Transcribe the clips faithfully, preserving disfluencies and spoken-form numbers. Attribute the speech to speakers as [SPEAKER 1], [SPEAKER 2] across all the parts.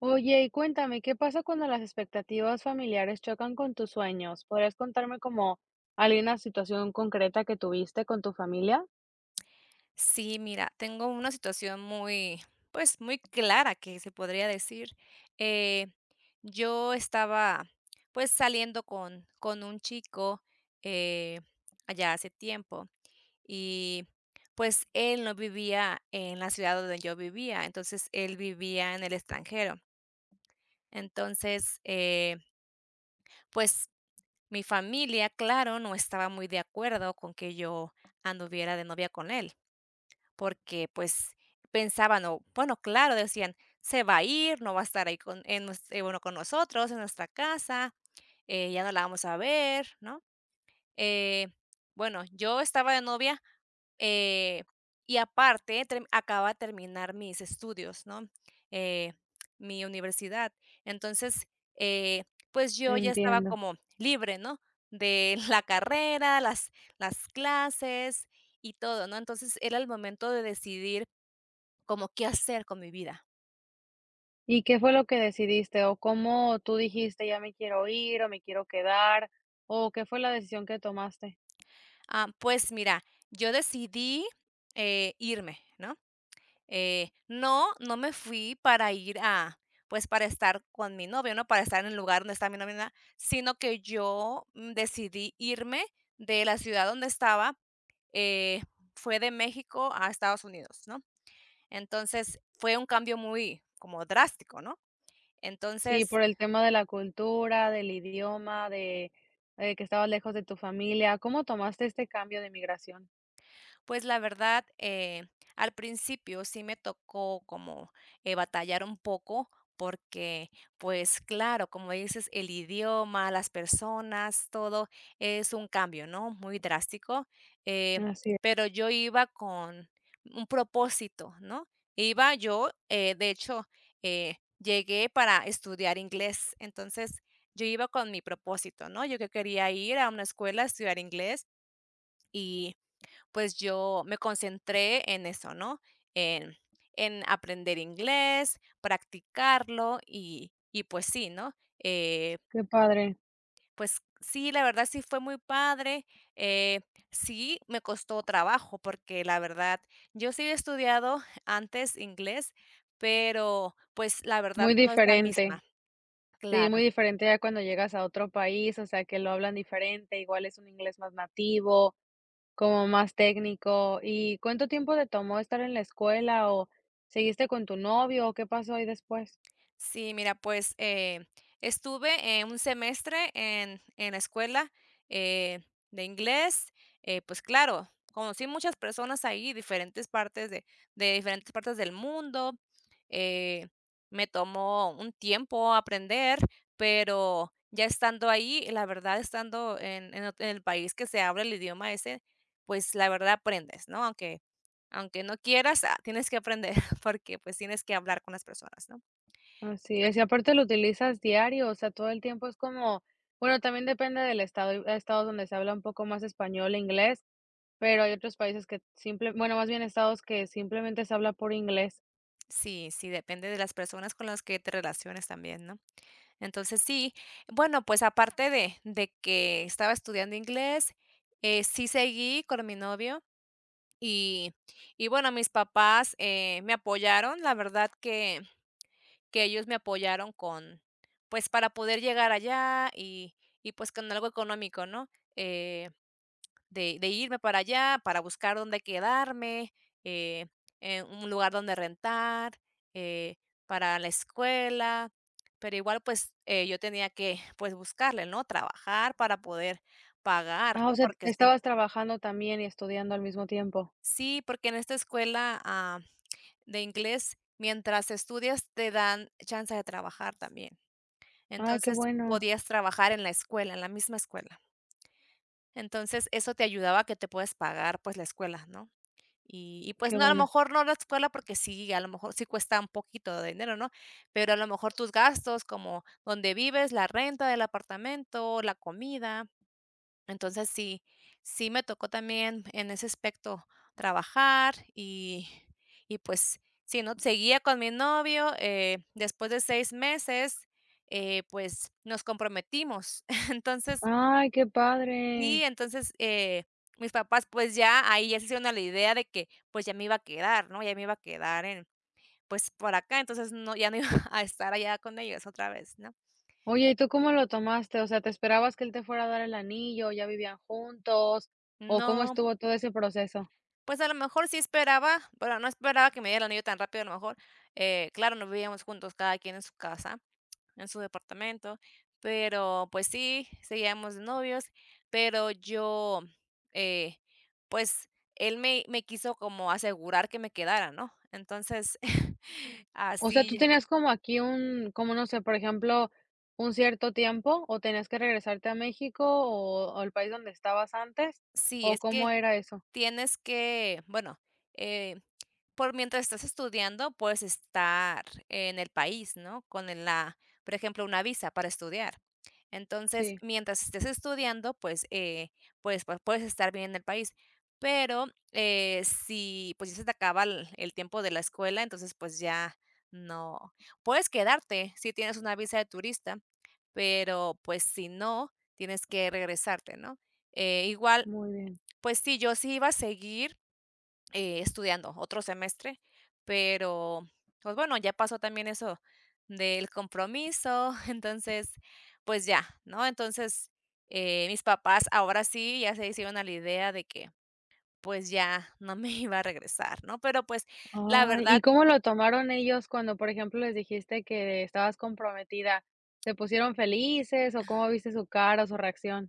[SPEAKER 1] Oye, y cuéntame, ¿qué pasa cuando las expectativas familiares chocan con tus sueños? ¿Podrías contarme como alguna situación concreta que tuviste con tu familia?
[SPEAKER 2] Sí, mira, tengo una situación muy, pues, muy clara que se podría decir. Eh, yo estaba, pues, saliendo con, con un chico eh, allá hace tiempo y pues él no vivía en la ciudad donde yo vivía, entonces él vivía en el extranjero. Entonces, eh, pues mi familia, claro, no estaba muy de acuerdo con que yo anduviera de novia con él. Porque, pues, pensaban o, bueno, claro, decían: "Se va a ir, no va a estar ahí con en nues eh, bueno, con nosotros, en nuestra casa, eh, ya no la vamos a ver", ¿no? Eh, bueno, yo estaba de novia, eh, y aparte term acababa de terminar mis estudios, ¿no? Eh, Mi universidad. Entonces, eh, pues, yo ya estaba
[SPEAKER 1] Entiendo.
[SPEAKER 2] como libre, ¿no? De la carrera, las las clases y todo, ¿no? Entonces, era el momento de decidir como qué hacer con mi vida.
[SPEAKER 1] ¿Y qué fue lo que decidiste? ¿O cómo tú dijiste, ya me quiero ir o me quiero quedar? ¿O qué fue la decisión que tomaste?
[SPEAKER 2] Ah, pues mira, yo decidí, eh, irme, ¿no? Eh, no, no me fui para ir a pues, para estar con mi novio, ¿no? Para estar en el lugar donde está mi novio, ni sino que yo, mm, decidí irme de la ciudad donde estaba, eh, fue de México a Estados Unidos, ¿no? Entonces, fue un cambio muy como drástico, ¿no?
[SPEAKER 1] Sí,
[SPEAKER 2] Entonces.
[SPEAKER 1] por el tema de la cultura, del idioma, de, eh, que estabas lejos de tu familia. ¿Cómo tomaste este cambio de migración?
[SPEAKER 2] Pues la verdad, eh, al principio sí me tocó como, eh, batallar un poco porque, pues claro, como dices, el idioma, las personas, todo es un cambio, ¿no?, muy drástico, eh,
[SPEAKER 1] Así es,
[SPEAKER 2] pero yo iba con un propósito, ¿no? Iba yo, eh, de hecho, eh, llegué para estudiar inglés, entonces yo iba con mi propósito, ¿no? Yo que quería ir a una escuela a estudiar inglés y pues yo me concentré en eso, ¿no? En, en aprender inglés, practicarlo y, y pues sí, ¿no? Eh,
[SPEAKER 1] qué padre,
[SPEAKER 2] pues sí, la verdad sí fue muy padre. eh, sí, me costó trabajo porque la verdad, yo sí he estudiado antes inglés, pero pues la verdad
[SPEAKER 1] muy
[SPEAKER 2] no es la misma.
[SPEAKER 1] diferente. Sí,
[SPEAKER 2] Claro.
[SPEAKER 1] muy diferente a cuando llegas a otro país, o sea, que lo hablan diferente, igual es un inglés más nativo, como más técnico. ¿Y cuánto tiempo te tomó estar en la escuela o seguiste con tu novio o qué pasó ahí después?
[SPEAKER 2] Sí, mira, pues, eh, estuve, eh, un semestre en en la escuela, eh, de inglés, eh, pues claro, conocí muchas personas ahí, diferentes partes de de diferentes partes del mundo, eh, me tomó un tiempo aprender, pero ya estando ahí, la verdad, estando en en ot en el país que se habla el idioma ese, pues, la verdad aprendes, ¿no? Aunque aunque no quieras, ah, tienes que aprender porque, pues, tienes que hablar con las personas, ¿no?
[SPEAKER 1] Así es, y aparte lo utilizas diario, o sea, todo el tiempo es como, bueno, también depende del estado, hay estados donde se habla un poco más español e inglés, pero hay otros países que simple, bueno, más bien estados que simplemente se habla por inglés.
[SPEAKER 2] Sí, sí, depende de las personas con las que te relaciones también, ¿no? Entonces, sí, bueno, pues aparte de, de que estaba estudiando inglés, eh, sí seguí con mi novio y, y bueno, mis papás eh, me apoyaron, la verdad que, que ellos me apoyaron con, pues para poder llegar allá y, y pues con algo económico, ¿no? Eh, de de irme para allá, para buscar dónde quedarme, eh, eh, un lugar donde rentar, eh, para la escuela, pero igual, pues, eh, yo tenía que, pues, buscarle, ¿no? Trabajar para poder pagar,
[SPEAKER 1] Ah, o
[SPEAKER 2] ¿no?
[SPEAKER 1] sea,
[SPEAKER 2] Porque sí.
[SPEAKER 1] estabas trabajando también y estudiando al mismo tiempo.
[SPEAKER 2] Sí, porque en esta escuela, ah, de inglés, mientras estudias, te dan chance de trabajar también.
[SPEAKER 1] Ay, qué
[SPEAKER 2] Entonces,
[SPEAKER 1] bueno.
[SPEAKER 2] podías trabajar en la escuela, en la misma escuela. Entonces, eso te ayudaba a que te puedas pagar, pues, la escuela, ¿no? Y y, pues
[SPEAKER 1] Qué
[SPEAKER 2] no, a lo
[SPEAKER 1] bueno.
[SPEAKER 2] mejor no la escuela, porque sí, a lo mejor sí cuesta un poquito de dinero, ¿no? Pero a lo mejor tus gastos, como donde vives, la renta del apartamento, la comida. Entonces, sí, sí me tocó también en ese aspecto trabajar y y, pues, sí, ¿no? Seguía con mi novio, eh, después de seis meses, eh, pues, nos comprometimos. Entonces.
[SPEAKER 1] Ay, qué
[SPEAKER 2] Sí,
[SPEAKER 1] padre.
[SPEAKER 2] entonces, eh, mis papás, pues, ya ahí ya se hicieron a la idea de que, pues, ya me iba a quedar, ¿no? Ya me iba a quedar en, pues, por acá, entonces no, ya no iba a estar allá con ellos otra vez, ¿no?
[SPEAKER 1] Oye, ¿y tú cómo lo tomaste? O sea, ¿te esperabas que él te fuera a dar el anillo, ya vivían juntos? ¿O cómo
[SPEAKER 2] No,
[SPEAKER 1] estuvo todo ese proceso?
[SPEAKER 2] pues, a lo mejor sí esperaba, pero no esperaba que me diera el anillo tan rápido, a lo mejor, eh, claro, no vivíamos juntos, cada quien en su casa, en su departamento, pero pues sí, seguíamos de novios, pero yo, eh, pues él me, me quiso como asegurar que me quedara, ¿no? Entonces,
[SPEAKER 1] O sea, ¿tú
[SPEAKER 2] así,
[SPEAKER 1] tenías como aquí un, como no sé, por ejemplo, un cierto tiempo? ¿O tenías que regresarte a México o, o al país donde estabas antes?
[SPEAKER 2] sí,
[SPEAKER 1] ¿O
[SPEAKER 2] es que
[SPEAKER 1] cómo era eso?
[SPEAKER 2] tienes que, bueno, eh, por mientras estás estudiando, puedes estar en el país, ¿no? Con el la, por ejemplo, una visa para estudiar. Entonces,
[SPEAKER 1] Sí,
[SPEAKER 2] mientras estés estudiando, pues, eh, pues, pues, puedes estar bien en el país. Pero, eh, si, pues, ya se te acaba el el tiempo de la escuela, entonces, pues, ya no puedes quedarte si tienes una visa de turista, pero, pues, si no, tienes que regresarte, ¿no? Eh, igual,
[SPEAKER 1] muy bien.
[SPEAKER 2] pues sí, yo sí iba a seguir eh, estudiando otro semestre, pero pues bueno, ya pasó también eso del compromiso, entonces pues ya, ¿no? Entonces eh, mis papás ahora sí ya se hicieron a la idea de que pues ya no me iba a regresar, ¿no? Pero pues la
[SPEAKER 1] Ay, ¿y
[SPEAKER 2] verdad.
[SPEAKER 1] cómo lo tomaron ellos cuando, por ejemplo, les dijiste que estabas comprometida? ¿Se pusieron felices o cómo viste su cara o su reacción?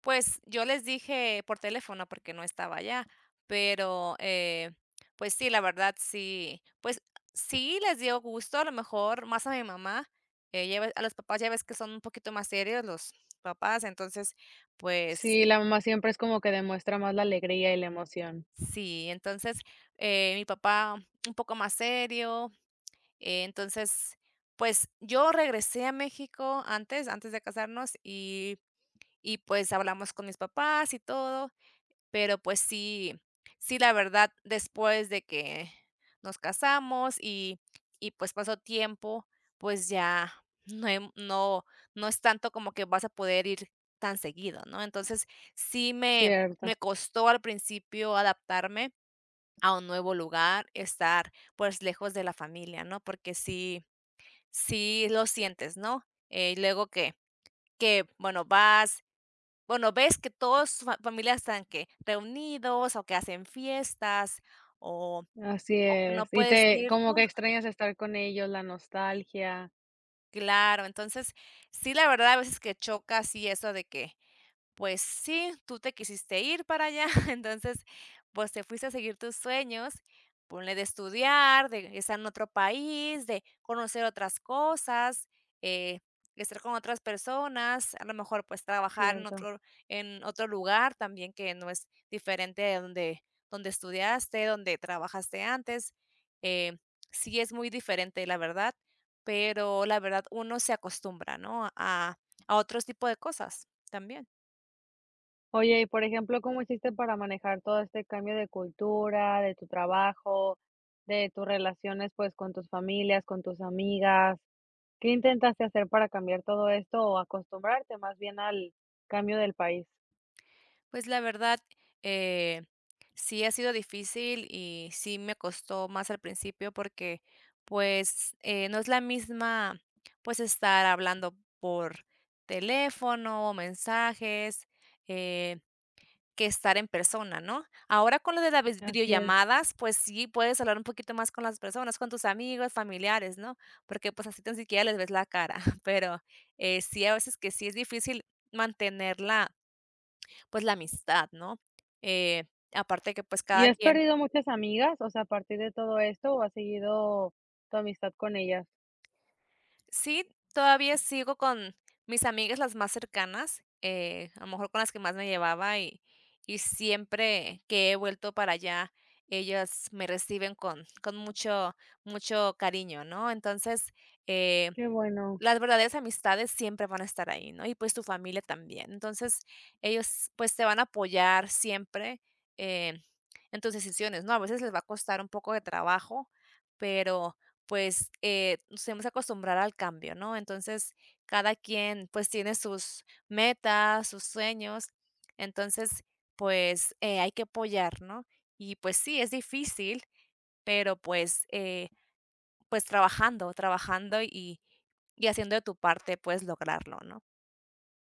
[SPEAKER 2] Pues, yo les dije por teléfono porque no estaba allá, pero, eh, pues sí, la verdad sí, pues sí les dio gusto, a lo mejor más a mi mamá, eh, ya ve a los papás ya ves que son un poquito más serios los papás, entonces, pues
[SPEAKER 1] Sí, la mamá siempre es como que demuestra más la alegría y la emoción.
[SPEAKER 2] sí. Entonces, eh, mi papá un poco más serio, eh, entonces, pues yo regresé a México antes antes de casarnos y y pues hablamos con mis papás y todo. Pero, pues sí, sí, la verdad, después de que nos casamos y y, pues, pasó tiempo, pues, ya no, hem no no es tanto como que vas a poder ir tan seguido, ¿no? Entonces, sí me me
[SPEAKER 1] Cierto,
[SPEAKER 2] costó al principio adaptarme a un nuevo lugar, estar, pues, lejos de la familia, ¿no? Porque sí, sí lo sientes, ¿no? Eh, y luego que que, bueno, vas, bueno, ves que todos sus fa familia están, que reunidos, o que hacen fiestas, o
[SPEAKER 1] así
[SPEAKER 2] o que no
[SPEAKER 1] es. Y
[SPEAKER 2] puedes
[SPEAKER 1] te
[SPEAKER 2] ir
[SPEAKER 1] como
[SPEAKER 2] tú.
[SPEAKER 1] que extrañas estar con ellos, la nostalgia,
[SPEAKER 2] Claro, entonces, sí, la verdad, a veces que choca así eso de que. Pues sí, tú te quisiste ir para allá, entonces, pues te fuiste a seguir tus sueños, ponle de estudiar, de estar en otro país, de conocer otras cosas, eh, estar con otras personas, a lo mejor pues trabajar en
[SPEAKER 1] cierto.
[SPEAKER 2] otro, en otro lugar también que no es diferente de donde, donde estudiaste, donde trabajaste antes. eh, sí es muy diferente, la verdad, pero la verdad uno se acostumbra, ¿no? A, a otros tipo de cosas también.
[SPEAKER 1] Oye, y por ejemplo, ¿cómo hiciste para manejar todo este cambio de cultura, de tu trabajo, de tus relaciones, pues, con tus familias, con tus amigas? ¿Qué intentaste hacer para cambiar todo esto o acostumbrarte más bien al cambio del país?
[SPEAKER 2] Pues la verdad, eh, sí ha sido difícil y sí me costó más al principio porque, pues, eh, no es la misma, pues, estar hablando por teléfono o mensajes, eh, que estar en persona, ¿no? Ahora con lo de las vis-
[SPEAKER 1] Así es.
[SPEAKER 2] videollamadas, pues sí puedes hablar un poquito más con las personas, con tus amigos, familiares, ¿no? Porque pues así tan siquiera les ves la cara, pero eh, sí a veces que sí es difícil mantenerla pues, la amistad, ¿no? Eh, Aparte que, pues,
[SPEAKER 1] ¿Y
[SPEAKER 2] cada
[SPEAKER 1] has
[SPEAKER 2] quien.
[SPEAKER 1] perdido muchas amigas, o sea, a partir de todo esto, o has seguido tu amistad con ellas?
[SPEAKER 2] Sí, todavía sigo con mis amigas las más cercanas, eh, a lo mejor con las que más me llevaba y y siempre que he vuelto para allá, ellas me reciben con con mucho mucho cariño, ¿no? Entonces, eh,
[SPEAKER 1] Qué bueno,
[SPEAKER 2] las verdaderas amistades siempre van a estar ahí, ¿no? Y, pues, tu familia también. Entonces, ellos, pues, te van a apoyar siempre, eh, en tus decisiones, ¿no? A veces les va a costar un poco de trabajo, pero, pues, eh, nos tenemos que acostumbrar al cambio, ¿no? Entonces, cada quien, pues, tiene sus metas, sus sueños. Entonces, pues, eh, hay que apoyar, ¿no? Y, pues sí, es difícil, pero, pues, eh, pues trabajando, trabajando y y haciendo de tu parte puedes lograrlo, ¿no?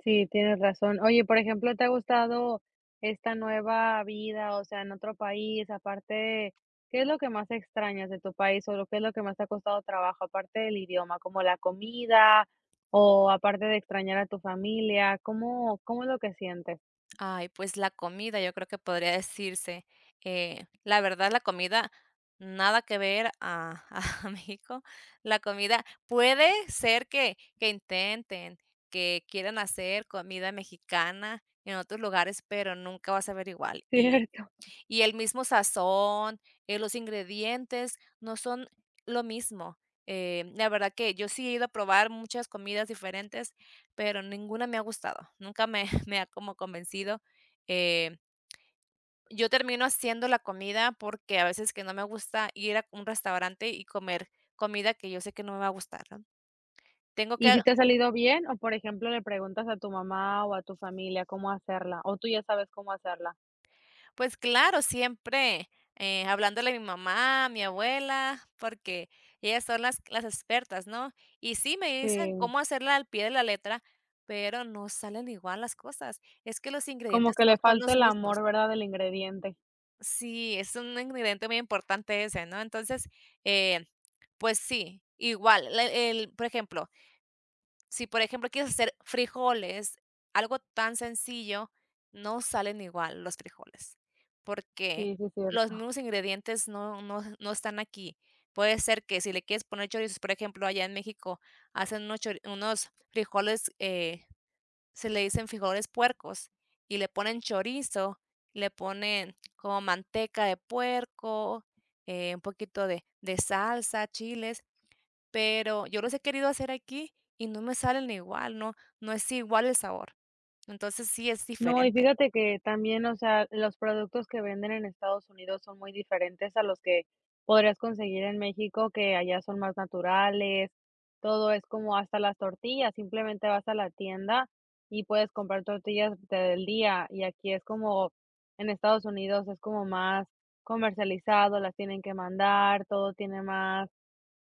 [SPEAKER 1] sí, tienes razón. Oye, por ejemplo, ¿te ha gustado esta nueva vida, o sea, en otro país? Aparte, ¿qué es lo que más extrañas de tu país o lo que es lo que más te ha costado trabajo, aparte del idioma, como la comida o aparte de extrañar a tu familia? ¿Cómo cómo es lo que sientes?
[SPEAKER 2] Ay, pues la comida, yo creo que podría decirse, eh, la verdad, la comida nada que ver a a México. La comida puede ser que que intenten, que quieran hacer comida mexicana en otros lugares, pero nunca va a saber igual y.
[SPEAKER 1] Cierto.
[SPEAKER 2] Y el mismo sazón, eh, los ingredientes no son lo mismo. Eh, la verdad que yo sí he ido a probar muchas comidas diferentes, pero ninguna me ha gustado. Nunca me, me ha como convencido. Eh, yo termino haciendo la comida porque a veces que no me gusta ir a un restaurante y comer comida que yo sé que no me va a gustar, ¿no? Tengo
[SPEAKER 1] ¿Y
[SPEAKER 2] que.
[SPEAKER 1] si te ha salido bien? O, por ejemplo, le preguntas a tu mamá o a tu familia cómo hacerla, o tú ya sabes cómo hacerla.
[SPEAKER 2] Pues claro, siempre, eh, hablándole a mi mamá, a mi abuela, porque ellas son las las expertas, ¿no? Y sí, me dicen
[SPEAKER 1] Sí,
[SPEAKER 2] cómo hacerla al pie de la letra, pero no salen igual las cosas. Es que los
[SPEAKER 1] como
[SPEAKER 2] ingredientes
[SPEAKER 1] que
[SPEAKER 2] no
[SPEAKER 1] le
[SPEAKER 2] son
[SPEAKER 1] falta
[SPEAKER 2] los
[SPEAKER 1] el
[SPEAKER 2] mismos.
[SPEAKER 1] amor, ¿verdad?, del ingrediente.
[SPEAKER 2] Sí, es un ingrediente muy importante ese, ¿no? Entonces, eh, pues sí, igual, la el, por ejemplo, si, por ejemplo, quieres hacer frijoles, algo tan sencillo, no salen igual los frijoles, porque
[SPEAKER 1] Sí, sí es
[SPEAKER 2] los
[SPEAKER 1] cierto.
[SPEAKER 2] mismos ingredientes no no no están aquí. Puede ser que si le quieres poner chorizos, por ejemplo, allá en México hacen unos chori unos frijoles, eh, se le dicen frijoles puercos, y le ponen chorizo, le ponen como manteca de puerco, eh, un poquito de de salsa, chiles, pero yo los he querido hacer aquí y no me salen igual, no, no es igual el sabor. Entonces sí es
[SPEAKER 1] No, y
[SPEAKER 2] diferente.
[SPEAKER 1] fíjate que también, o sea, los productos que venden en Estados Unidos son muy diferentes a los que podrías conseguir en México, que allá son más naturales, todo es como hasta las tortillas, simplemente vas a la tienda y puedes comprar tortillas del día y aquí es como, en Estados Unidos es como más comercializado, las tienen que mandar, todo tiene más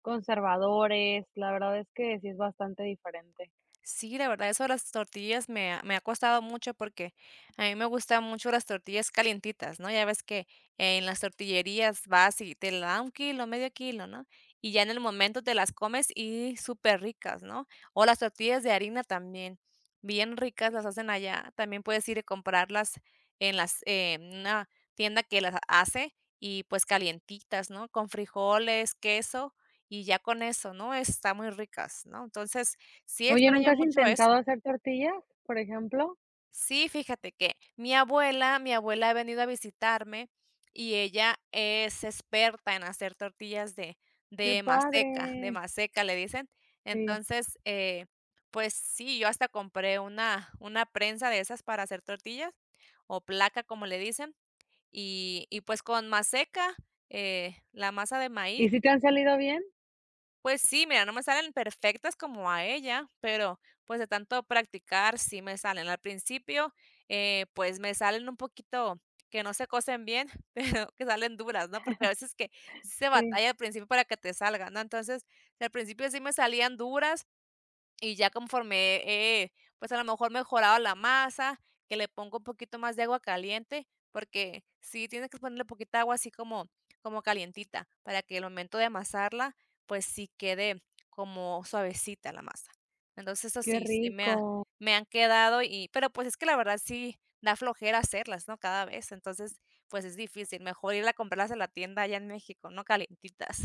[SPEAKER 1] conservadores, la verdad es que sí es bastante diferente.
[SPEAKER 2] Sí, la verdad, eso de las tortillas me ha, me ha costado mucho porque a mí me gustan mucho las tortillas calientitas, ¿no? Ya ves que en las tortillerías vas y te la da un kilo, medio kilo, ¿no? Y ya en el momento te las comes y súper ricas, ¿no? O las tortillas de harina también, bien ricas las hacen allá. También puedes ir a comprarlas en las, eh, en una tienda que las hace y pues calientitas, ¿no? Con frijoles, queso y ya con eso, ¿no? Está muy ricas, ¿no? Entonces... Sí
[SPEAKER 1] Oye,
[SPEAKER 2] extraño
[SPEAKER 1] ¿nunca has
[SPEAKER 2] mucho eso.
[SPEAKER 1] intentado hacer tortillas, por ejemplo?
[SPEAKER 2] Sí, fíjate que mi abuela mi abuela ha venido a visitarme y ella es experta en hacer tortillas de
[SPEAKER 1] Qué
[SPEAKER 2] de maseca, de
[SPEAKER 1] padre,
[SPEAKER 2] maseca le dicen.
[SPEAKER 1] sí.
[SPEAKER 2] Entonces, eh, pues sí, yo hasta compré una una prensa de esas para hacer tortillas, o placa, como le dicen, y y pues con maseca, eh, la masa de maíz.
[SPEAKER 1] ¿Y sí te han salido bien?
[SPEAKER 2] Pues sí, mira, no me salen perfectas como a ella, pero pues de tanto practicar sí me salen. Al principio, eh, pues me salen un poquito que no se cocen bien, pero que salen duras, ¿no? Porque a veces que sí se
[SPEAKER 1] Sí,
[SPEAKER 2] batalla al principio para que te salgan, ¿no? Entonces, al principio sí me salían duras, y ya conforme, eh, pues, a lo mejor mejoraba la masa, que le pongo un poquito más de agua caliente, porque sí tienes que ponerle poquita agua así como como calientita, para que el momento de amasarla, pues, sí quede como suavecita la masa. Entonces, eso
[SPEAKER 1] qué
[SPEAKER 2] sí, sí me ha
[SPEAKER 1] rico.
[SPEAKER 2] me han quedado, y pero, pues, es que la verdad sí da flojera hacerlas, ¿no?, cada vez. Entonces, pues, es difícil, mejor ir a comprarlas a la tienda allá en México, ¿no?, calientitas.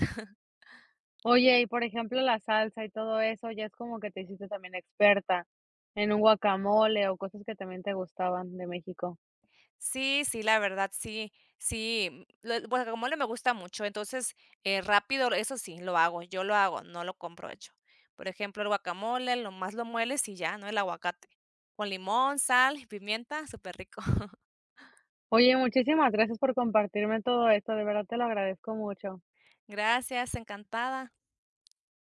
[SPEAKER 1] Oye, y por ejemplo, la salsa y todo eso, ya es como que te hiciste también experta en un guacamole o cosas que también te gustaban de México.
[SPEAKER 2] Sí, sí, la verdad, sí, sí, mm, lo el guacamole me gusta mucho, entonces, eh, rápido, eso sí, lo hago, yo lo hago, no lo compro hecho. Por ejemplo, el guacamole, lo más lo mueles y ya, ¿no? El aguacate, con limón, sal y pimienta, súper rico.
[SPEAKER 1] Oye, muchísimas gracias por compartirme todo esto, de verdad te lo agradezco mucho.
[SPEAKER 2] Gracias, encantada.